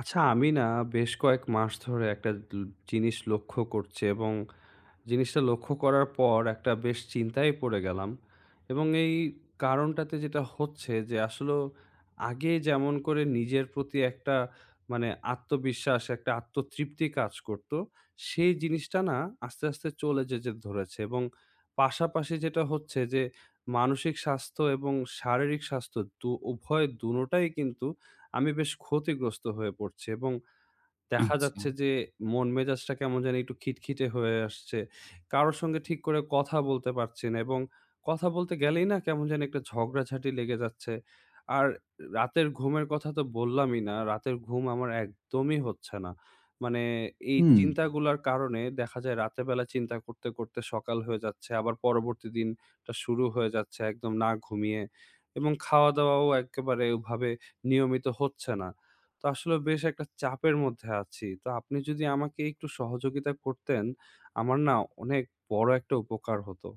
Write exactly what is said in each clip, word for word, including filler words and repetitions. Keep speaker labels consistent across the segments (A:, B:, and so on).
A: আচ্ছা, আমি না বেশ কয়েক মাস ধরে একটা ল জিনিস লক্ষ্য করছি এবং জিনিসটা লক্ষ্য করার পর একটা বেশ চিন্তায় পড়ে গেলাম। এবং এই কারণটাতে যেটা হচ্ছে যে আসলেও আগে যেমন করে নিজের প্রতি একটা মানে আত্মবিশ্বাস, একটা আত্মতৃপ্তি কাজ করত, সেই জিনিসটা না আস্তে, আস্তে চলে যেতে ধরেছে। এবং পাশাপাশি যেটা হচ্ছে যে মানসিক স্বাস্থ্য এবং শারীরিক স্বাস্থ্য দু উভয় দুটোটাই কিন্তু আমি বেশ ক্ষতিগ্রস্ত হয়ে পড়ছি, এবং দেখা
B: আচ্ছা।
A: যাচ্ছে যে মন মেজাজটা কেমন জানি একটু খিটখিটে হয়ে আসছে। কারো সঙ্গে ঠিক করে কথা বলতে পারছি না, এবং কথা বলতে গেলেই না কেমন জানি একটা ঝগড়াঝাটি লেগে যাচ্ছে। আর রাতের ঘুমের কথা তো বললামই না। রাতের ঘুম আমার একদমই হচ্ছে না। মানে এই
B: হুম,
A: চিন্তাগুলার কারণে দেখা যায় রাতের বেলা চিন্তা করতে, করতে সকাল হয়ে যাচ্ছে। আবার পরবর্তী দিনটা শুরু হয়ে যাচ্ছে একদম না ঘুমিয়ে, এবং খাওয়া-দাওয়াও একেবারে ওভাবে নিয়মিত হচ্ছে না। তো আসলে বেশ একটা চাপের মধ্যে আছি। তো আপনি যদি আমাকে একটু সহযোগিতা করতেন, আমার না অনেক বড় একটা উপকার হতো।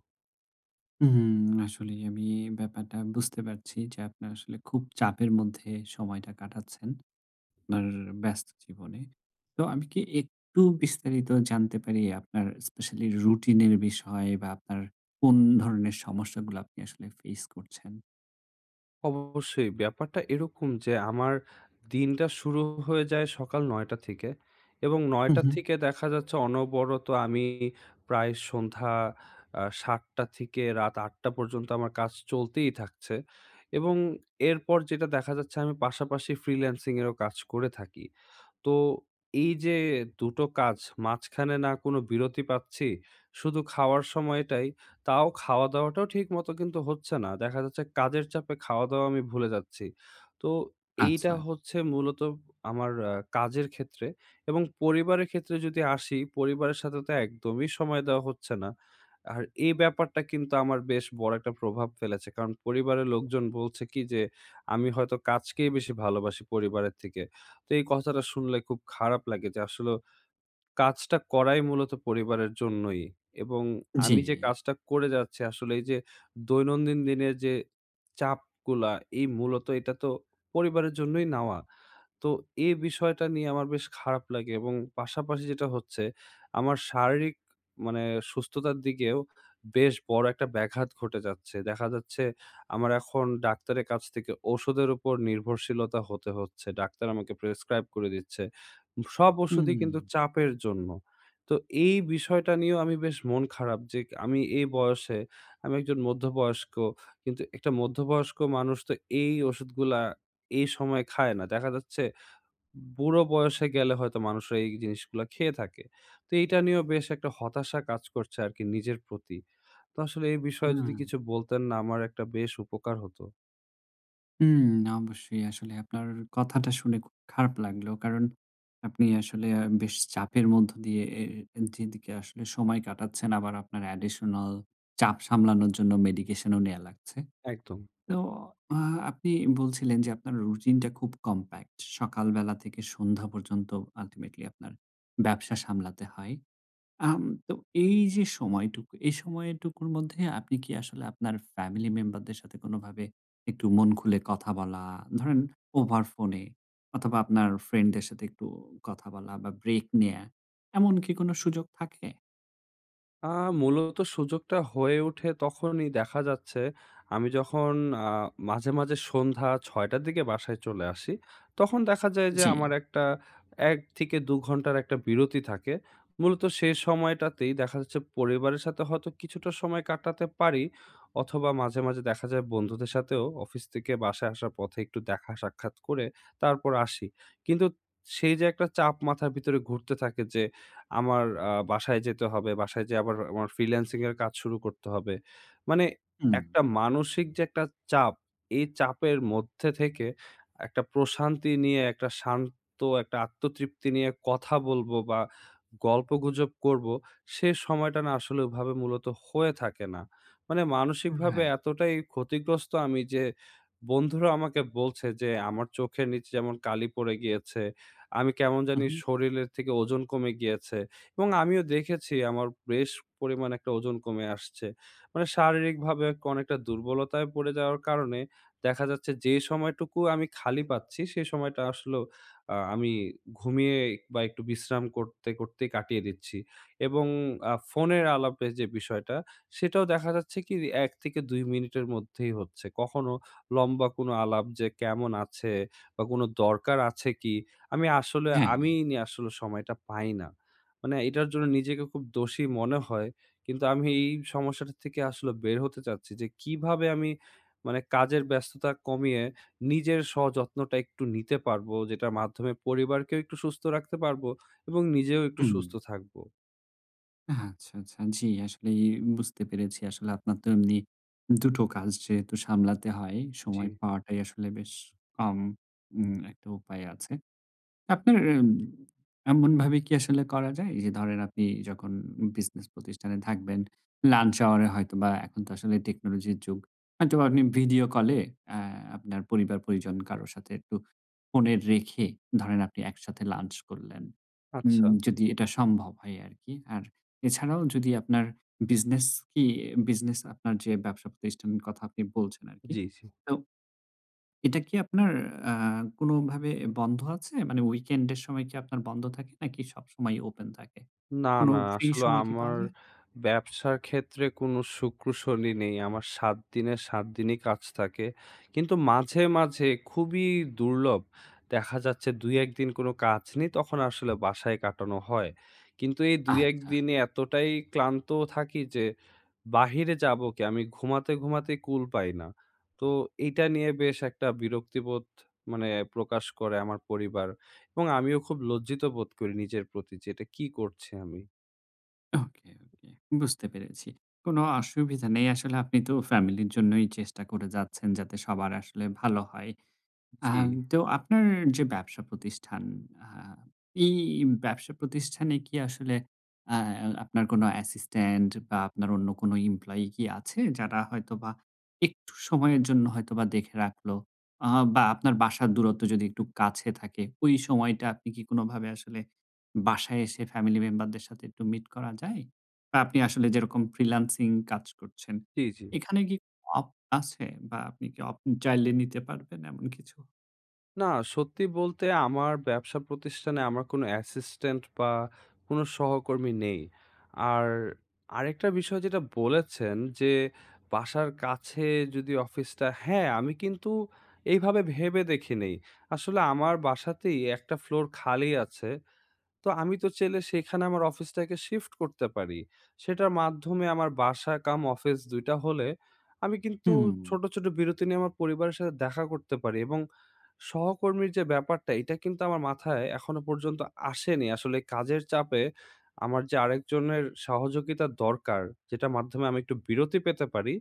B: হুম, আসলেই আমি ব্যাপারটা বুঝতে পারছি যে, আপনার আসলে খুব চাপের মধ্যে সময়টা কাটাচ্ছেন, আপনার ব্যস্ত জীবনে। তো আমি কি একটু বিস্তারিত জানতে পারি আপনার স্পেশালি রুটিনের বিষয় বা আপনার কোন ধরনের সমস্যাগুলো আপনি আসলে ফেস করছেন?
A: অবশ্যই, ব্যাপারটা এরকম যে আমার দিনটা শুরু হয়ে যায় সকাল নয়টা থেকে, এবং
B: হুম,
A: নয়টা
B: হুম।
A: থেকে দেখা যাচ্ছে অনবরত আমি প্রায় সন্ধ্যা আ সাতটা থেকে রাত আটটা পর্যন্ত আমার কাজ চলতেই থাকছে, এবং এরপর যেটা দেখা যাচ্ছে আমি পাশাপাশি ফ্রিল্যান্সিং এরও কাজ করে থাকি। তো এই যে দুই টো কাজ, মাঝখানে না কোনো বিরতি পাচ্ছি, শুধু খাওয়ার সময়টাই, তাও খাওয়া-দাওয়াটাও ঠিকমতো কিন্তু হচ্ছে না। দেখা যাচ্ছে কাজের চাপে খাওয়া-দাওয়া আমি ভুলে যাচ্ছি। তো এইটা
B: আচ্ছা,
A: হচ্ছে মূলত আমার আ কাজের ক্ষেত্রে। এবং পরিবারের ক্ষেত্রে যদি আসি, পরিবারের সাথে তো একদমই সময় দেওয়া হচ্ছে না। আর এই ব্যাপারটা কিন্তু আমার বেশ বড় একটা প্রভাব ফেলেছে। কারণ পরিবারের লোকজন বলছে কি যে, আমি হয়তো কাজকেই বেশি ভালোবাসি পরিবারের থেকে। তো এই কথাটা শুনলে খুব খারাপ লাগে যে আসলে কাজটা করাই মূলত পরিবারের জন্যই। এবং
B: জি।
A: আমি যে কাজটা করে যাচ্ছি, আসলে এই যে দৈনন্দিন দিনের যে চাপগুলা, এই মূলত এটা তো পরিবারের জন্যই নেওয়া। তো এই বিষয়টা নিয়ে আমার বেশ খারাপ লাগে, এবং পাশাপাশি যেটা হচ্ছে আমার শারীরিক মানে সুস্থতার দিকেও বেশ বড় একটা ব্যাঘাত ঘটে যাচ্ছে। দেখা যাচ্ছে আমার এখন ডাক্তারের কাছ থেকে ওষুধের উপর নির্ভরশীলতা হতে হচ্ছে। ডাক্তার আমাকে প্রেসক্রাইব করে দিচ্ছে। সব ওষুধই
B: হুম,
A: কিন্তু চাপের জন্য। তো এই বিষয়টা নিয়েও আমি বেশ মন খারাপ যে আমি এই বয়সে, আমি একজন মধ্যবয়স্ক। কিন্তু একটা মধ্যবয়স্ক মানুষ তো এই ওষুধগুলা এই সময়ে খায় না। দেখা যাচ্ছে বুড়ো বয়সে গেলে হয়তো মানুষরা এই জিনিসগুলা খেয়ে থাকে। তো এইটা নিয়েও বেশ একটা হতাশা কাজ করছে আরকি নিজের প্রতি। তো আসলে এই বিষয়ে যদি
B: না।
A: কিছু বলতেন, না আমার একটা বেশ উপকার হতো।
B: হুম, অবশ্যই। আসলে আপনার কথাটা শুনে খুব খারাপ লাগলো। কারণ আপনি আসলে আ বেশ চাপের মধ্য দিয়ে এ এ যেদিকে আসলে সময় কাটাচ্ছেন, আবার আপনার অ্যাডিশনাল চাপ সামলানোর জন্য মেডিকেশনও নেয়া লাগছে।
A: একদম।
B: তো আ আপনি বলছিলেন যে আপনার রুটিনটা খুব কমপ্যাক্ট। সকালবেলা থেকে সন্ধ্যা পর্যন্ত আল্টিমেটলি আপনার ব্যবসা সামলাতে হয়। আম তো এই যে সময়টুকু, এই সময়টুকুর মধ্যে আপনি কি আসলে আপনার ফ্যামিলি মেম্বারদের সাথে কোনোভাবে একটু মন খুলে কথা বলা, ধরেন ওভার ফোনে অথবা আপনার ফ্রেন্ডদের সাথে একটু কথা বলা বা ব্রেক নেয়া, এমন কি কোনো সুযোগ থাকে?
A: আ মূলত সুযোগটা হয়ে ওঠে তখনই দেখা যাচ্ছে আমি যখন আ মাঝে, মাঝে সন্ধ্যা ছয় টার দিকে বাসায় চলে আসি। তখন দেখা যায় যে
B: জি।
A: আমার একটা এক থেকে দুই ঘন্টার একটা বিরতি থাকে। মূলত সেই সময়টাতেই দেখা যাচ্ছে পরিবারের সাথে হয়তো কিছুটা সময় কাটাতে পারি, অথবা মাঝে, মাঝে দেখা যায় বন্ধুদের সাথেও অফিস থেকে বাসায় আসার পথে একটু দেখা সাক্ষাৎ করে তারপর আসি। কিন্তু সেই যে একটা চাপ মাথার ভিতরে ঘুরতে থাকে যে আমার আ বাসায় যেতে হবে। বাসায় যেয়ে আবার আমার ফ্রিল্যান্সিং এর কাজ শুরু করতে হবে। মানে
B: হুম।
A: একটা মানসিক যে একটা চাপ, এই চাপের মধ্যে থেকে একটা প্রশান্তি নিয়ে, একটা শান্ত একটা আত্মতৃপ্তি নিয়ে কথা বলবো বা গল্পগুজব করবো, সে সময়টা না আসলে ওভাবে মূলত হয়ে থাকে না। মানে মানসিকভাবে
B: রাইট।
A: এতটাই ক্ষতিগ্রস্ত আমি যে বন্ধুরা আমাকে বলছে যে আমার চোখের নিচে যেমন কালি পড়ে গিয়েছে, আমি কেমন
B: হু,
A: জানি
B: হুম।
A: শরীরের থেকে ওজন কমে গিয়েছে, এবং আমিও দেখেছি আমার বেশ পরিমাণ একটা ওজন কমে আসছে। মানে শারীরিকভাবে অনেকটা দুর্বলতায় পড়ে যাওয়ার কারণে দেখা যাচ্ছে যে সময়টুকু আমি খালি পাচ্ছি, সে সময়টা আসলেও আ আমি ঘুমিয়ে বা একটু বিশ্রাম করতে, করতেই কাটিয়ে দিচ্ছি, এবং আ ফোনের আলাপের যে বিষয়টা, সেটাও দেখা যাচ্ছে কি এক থেকে দুই মিনিটের মধ্যেই হচ্ছে। কখনো লম্বা কোনো আলাপ যে কেমন আছে বা কোনো দরকার আছে কি? আমি আসলে
B: হ্যাঁ।
A: আমি নি আসলে সময়টা পাই না। মানে এটার জন্য নিজেকে খুব দোষী মনে হয়। কিন্তু আমি এই সমস্যাটা থেকে আসলে বের হতে চাচ্ছি যে কিভাবে আমি মানে কাজের ব্যস্ততা কমিয়ে নিজের সযত্নটা একটু নিতে পারবো, যেটার মাধ্যমে পরিবারকেও একটু সুস্থ রাখতে পারবো, এবং নিজেও একটু
B: হুম।
A: সুস্থ থাকবো।
B: আচ্ছা, আচ্ছা। জি, আসলেই বুঝতে পেরেছি। আসলে আপনার তো এমনি দুই টো কাজ যেহেতু সামলাতে হয়,
A: জি,
B: সময় পাওয়াটাই আসলে বেশ কম, উম একটা উপায় আছে। আপনার উম এমনভাবে কি আসলে করা যায়? এই যে ধরেন আপনি যখন বিজনেস প্রতিষ্ঠানে থাকবেন, লাঞ্চ
A: আচ্ছা,
B: আওয়ার এ হয়তোবা এখন তো আসলে টেকনোলজির যুগ। হয়তোবা আপনি ভিডিও কলে আ আপনার পরিবার-পরিজন কারো সাথে একটু ফোনে রেখে ধরেন আপনি একসাথে লাঞ্চ করলেন। উম
A: আচ্ছা।
B: যদি এটা সম্ভব হয় আরকি। আর এছাড়াও যদি আপনার বিজনেস কি বিজনেস আপনার যে ব্যবসা প্রতিষ্ঠানের কথা আপনি বলছেন আরকি।
A: জি, জি।
B: তো এটা কি আপনার আ কোনভাবে বন্ধ আছে? মানে উইকেন্ডের সময় কি আপনার বন্ধ থাকে নাকি সবসময় ওপেন থাকে?
A: না,
B: কোন
A: না।
B: ফ্রি
A: আসলে
B: সময় কি পাওয়া
A: আমার
B: যায়?
A: ব্যবসার ক্ষেত্রে কোনো শুক্র, শনি নেই। আমার সাত দিনে সাত দিনই কাজ থাকে। কিন্তু মাঝে, মাঝে খুবই দুর্লভ দেখা যাচ্ছে দুই এক দিন কোনো কাজ নেই, তখন আসলে বাসায় কাটানো হয়। কিন্তু এই দুই এক
B: আচ্ছা।
A: দিনে এতটাই ক্লান্ত থাকি যে বাহিরে যাবো কি? আমি ঘুমাতে, ঘুমাতেই কুল পাই না। তো এইটা নিয়ে বেশ একটা বিরক্তিবোধ মানে প্রকাশ করে আমার পরিবার। এবং আমিও খুব লজ্জিত বোধ করি নিজের প্রতি যে এটা কি করছি আমি।
B: ওকে, ওকে। বুঝতে পেরেছি। কোন অসুবিধা নেই। আসলে আপনি তো ফ্যামিলির জন্যই চেষ্টা করে যাচ্ছেন যাতে সবার আসলে ভালো হয়।
A: জি,
B: আম তো আপনার যে ব্যবসা প্রতিষ্ঠান, আ এই ব্যবসা প্রতিষ্ঠানে কি আসলে আ আপনার কোনো অ্যাসিস্ট্যান্ট বা আপনার অন্য কোনো এমপ্লয়ি কি আছে? যারা হয়তোবা একটু সময়ের জন্য হয়তোবা দেখে রাখলো, আ বা আপনার বাসার দূরত্ব যদি একটু কাছে থাকে, ওই সময়টা আপনি কি কোনোভাবে আসলে বাসায় এসে ফ্যামিলি মেম্বারদের সাথে একটু মিট করা যায়? বা আপনি আসলে যেরকম ফ্রিল্যান্সিং কাজ করছেন,
A: জি, জি।
B: এখানে কি অপ আছে বা আপনি কি অপ চাইলে নিতে পারবেন এমন কিছু?
A: না, সত্যি বলতে আমার ব্যবসা প্রতিষ্ঠানে আমার কোনো অ্যাসিস্ট্যান্ট বা কোনো সহকর্মী নেই। আর আরেকটা বিষয় যেটা বলেছেন, যে বাসার কাছে যদি অফিসটা, হ্যাঁ, আমি কিন্তু এইভাবে ভেবে দেখি নাই। আসলে আমার বাসাতেই একটা ফ্লোর খালি আছে। তো আমি তো চাইলে সেখানে আমার অফিসটাকে শিফট করতে পারি। সেটার মাধ্যমে আমার বাসা কাম অফিস দুই টা হলে আমি কিন্তু
B: হুম,
A: ছোট, ছোট বিরতি নিয়ে আমার পরিবারের সাথে দেখা করতে পারি, এবং সহকর্মীর যে ব্যাপারটা, এটা কিন্তু আমার মাথায় এখনো পর্যন্ত আসেনি। আসলে কাজের চাপে আমার যে আরেকজনের সহযোগিতা দরকার, যেটার মাধ্যমে আমি একটু বিরতি পেতে পারি,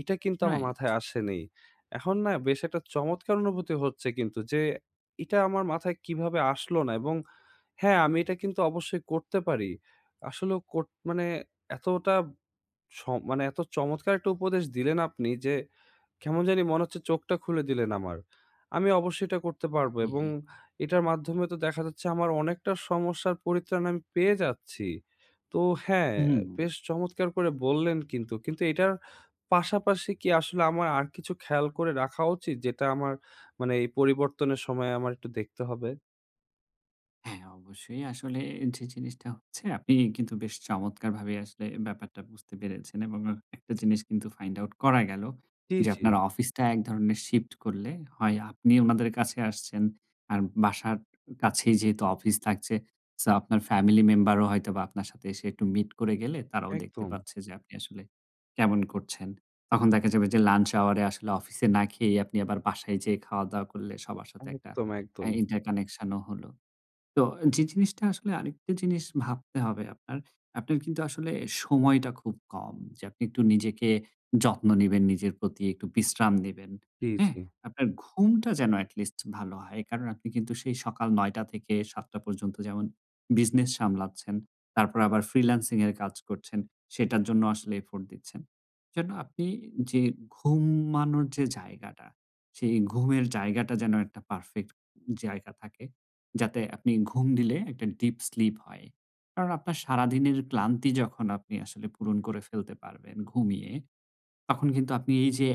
A: এটা কিন্তু আমার
B: রাইট।
A: মাথায় আসেনি। এখন না বেশ একটা চমৎকার অনুভূতি হচ্ছে কিন্তু, যে এটা আমার মাথায় কিভাবে আসলো না, এবং হ্যাঁ, আমি এটা কিন্তু অবশ্যই করতে পারি। আসলেও কোট মানে এতটা স মানে এত চমৎকার একটা উপদেশ দিলেন আপনি যে, কেমন জানি মনে হচ্ছে চোখটা খুলে দিলেন আমার। আমি অবশ্যই এটা করতে পারবো, এবং
B: জি।
A: এটার মাধ্যমে তো দেখা যাচ্ছে আমার অনেকটা সমস্যার পরিত্রাণ আমি পেয়ে যাচ্ছি। তো হ্যাঁ,
B: হুম।
A: বেশ চমৎকার করে বললেন কিন্তু। কিন্তু এটার পাশাপাশি কি আসলে আমার আর কিছু খেয়াল করে রাখা উচিত যেটা আমার মানে এই পরিবর্তনের সময় আমার একটু দেখতে হবে?
B: হ্যাঁ, অবশ্যই। আসলে যে জিনিসটা হচ্ছে আপনি কিন্তু বেশ চমৎকারভাবে আসলে ব্যাপারটা বুঝতে পেরেছেন এবং একটা জিনিস কিন্তু ফাইন্ড আউট করা গেল
A: জি,
B: যে
A: জি,
B: আপনার অফিসটা এক ধরনের শিফট করলে হয় আপনি উনাদের কাছে আসছেন আর বাসার কাছেই যেহেতু অফিস থাকছে সো আপনার ফ্যামিলি মেম্বারও হয়তোবা আপনার সাথে এসে একটু মিট করে গেলে তারাও দেখতে
A: একদম।
B: পাচ্ছে যে আপনি আসলে কেমন করছেন। তখন দেখা যাবে যে লাঞ্চ আওয়ারে আসলে অফিসে না খেয়েই আপনি আবার বাসায় যেয়ে খাওয়া-দাওয়া করলে সবার সাথে একটা
A: একদম,
B: আ
A: একদম।
B: ইন্টার কানেকশন ও হলো। তো যে জিনিসটা আসলে আরেকটা জিনিস ভাবতে হবে আপনার, আপনার কিন্তু আসলে সময়টা খুব কম যে আপনি একটু নিজেকে যত্ন নিবেন, নিজের প্রতি একটু বিশ্রাম নিবেন।
A: জি,
B: হ্যাঁ?
A: জি।
B: আপনার ঘুমটা যেন at least ভালো হয়। কারণ আপনি কিন্তু সেই সকাল নয়টা থেকে সাতটা পর্যন্ত যেমন বিজনেস সামলাচ্ছেন, তারপর আবার ফ্রিল্যান্সিং এর কাজ করছেন, সেটার জন্য আসলে এফোর্ট দিচ্ছেন। যেন আপনি যে ঘুমানোর যে জায়গাটা, সেই ঘুমের জায়গাটা যেন একটা পারফেক্ট জায়গা থাকে। যাতে আপনি ঘুম দিলে একটা ডিপ স্লিপ হয়। কারণ আপনার সারাদিনের ক্লান্তি যখন আপনি আসলে পূরণ করে ফেলতে পারবেন ঘুমিয়ে, তখন কিন্তু আপনি এই যে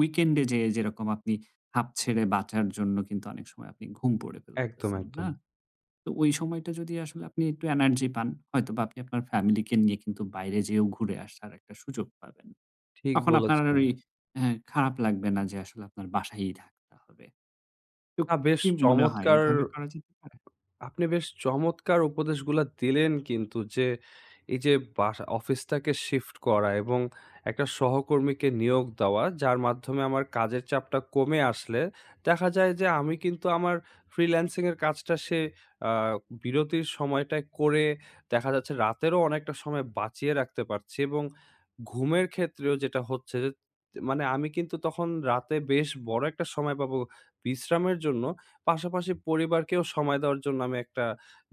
B: উইকেন্ডে যেয়ে যেরকম আপনি হাঁপ ছেড়ে বাঁচার জন্য কিন্তু অনেক সময় আপনি ঘুম পড়ে
A: একদম,
B: ফেলতেছেন, না?
A: একদম।
B: তো ওই সময়টা যদি আসলে আপনি একটু এনার্জি পান, হয়তোবা আপনি আপনার ফ্যামিলিকে নিয়ে কিন্তু বাইরে যেয়েও ঘুরে আসার একটা সুযোগ পাবেন।
A: ঠিক
B: তখন আপনার আর
A: বলেছেন।
B: ওই অ্যা খারাপ লাগবে না যে আসলে আপনার বাসায়ই থাকতে হবে। তো
A: না বেশ
B: কি মনে হয়
A: চমৎকার।
B: এভাবে করা যেতে পারে?
A: আপনি বেশ চমৎকার উপদেশগুলা দিলেন কিন্তু, যে এই যে বাসা অফিসটাকে শিফট করা এবং একটা সহকর্মীকে নিয়োগ দেওয়া যার মাধ্যমে আমার কাজের চাপটা কমে আসলে দেখা যায় যে আমি কিন্তু আমার ফ্রিল্যান্সিং এর কাজটা সে আহ, বিরতির সময়টায় করে দেখা যাচ্ছে রাতেরও অনেকটা সময় বাঁচিয়ে রাখতে পারছি, এবং ঘুমের ক্ষেত্রেও যেটা হচ্ছে যে মানে আমি কিন্তু তখন রাতে বেশ বড় একটা সময় পাবো বিশ্রামের জন্য। পাশাপাশি পরিবারকেও সময় দেওয়ার জন্য আমি একটা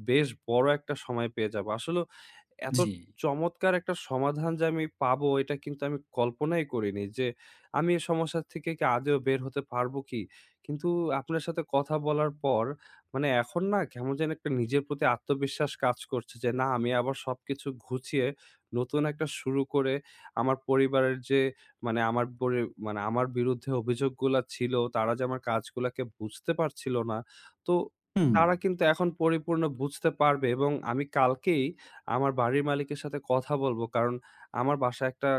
A: বেশ বড় একটা সময় পেয়ে যাবো। আসলেও এত
B: জি।
A: চমৎকার একটা সমাধান যে আমি পাবো, এটা কিন্তু আমি কল্পনাই করিনি যে, আমি এই সমস্যা থেকে কি আদৌ বের হতে পারবো কি? কিন্তু আপনার সাথে কথা বলার পর মানে এখন না কেমন যেন একটা নিজের প্রতি আত্মবিশ্বাস কাজ করছে যে, না আমি আবার সবকিছু গুছিয়ে নতুন একটা শুরু করে আমার পরিবারের যে মানে আমার পরি মানে আমার বিরুদ্ধে অভিযোগগুলা ছিল, তারা যে আমার কাজগুলাকে বুঝতে পারছিল না, তো
B: হুম।
A: তারা কিন্তু এখন পরিপূর্ণ বুঝতে পারবে, এবং আমি কালকেই আমার বাড়ির মালিকের সাথে কথা বলব। কারণ আমার বাসায় একটা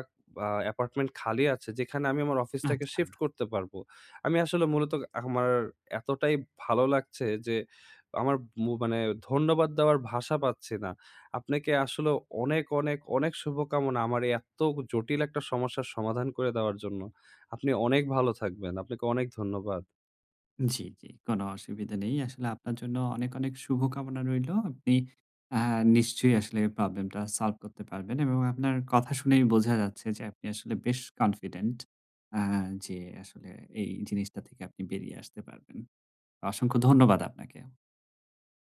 A: আ অ্যাপার্টমেন্ট খালি আছে, যেখানে আমি আমার অফিসটাকে
B: আচ্ছা।
A: শিফট করতে পারবো। আমি আসলে মূলত আমার এতটাই ভালো লাগছে যে, আমার মু মানে ধন্যবাদ দেওয়ার ভাষা পাচ্ছি না। আপনাকে আসলে অনেক, অনেক, অনেক শুভকামনা আমার এই এত জটিল একটা সমস্যার সমাধান করে দেওয়ার জন্য। আপনি অনেক ভালো থাকবেন। আপনাকে অনেক ধন্যবাদ।
B: জি, জি। কোনো অসুবিধা নেই। আসলে আপনার জন্য অনেক, অনেক শুভকামনা রইলো। আপনি আ নিশ্চয়ই আসলে প্রবলেমটা সলভ করতে পারবেন এবং আপনার কথা শুনেই বোঝা যাচ্ছে যে আপনি আসলে বেশ কনফিডেন্ট আ যে আসলে এই জিনিসটা থেকে আপনি বেরিয়ে আসতে পারবেন। অসংখ্য ধন্যবাদ আপনাকে।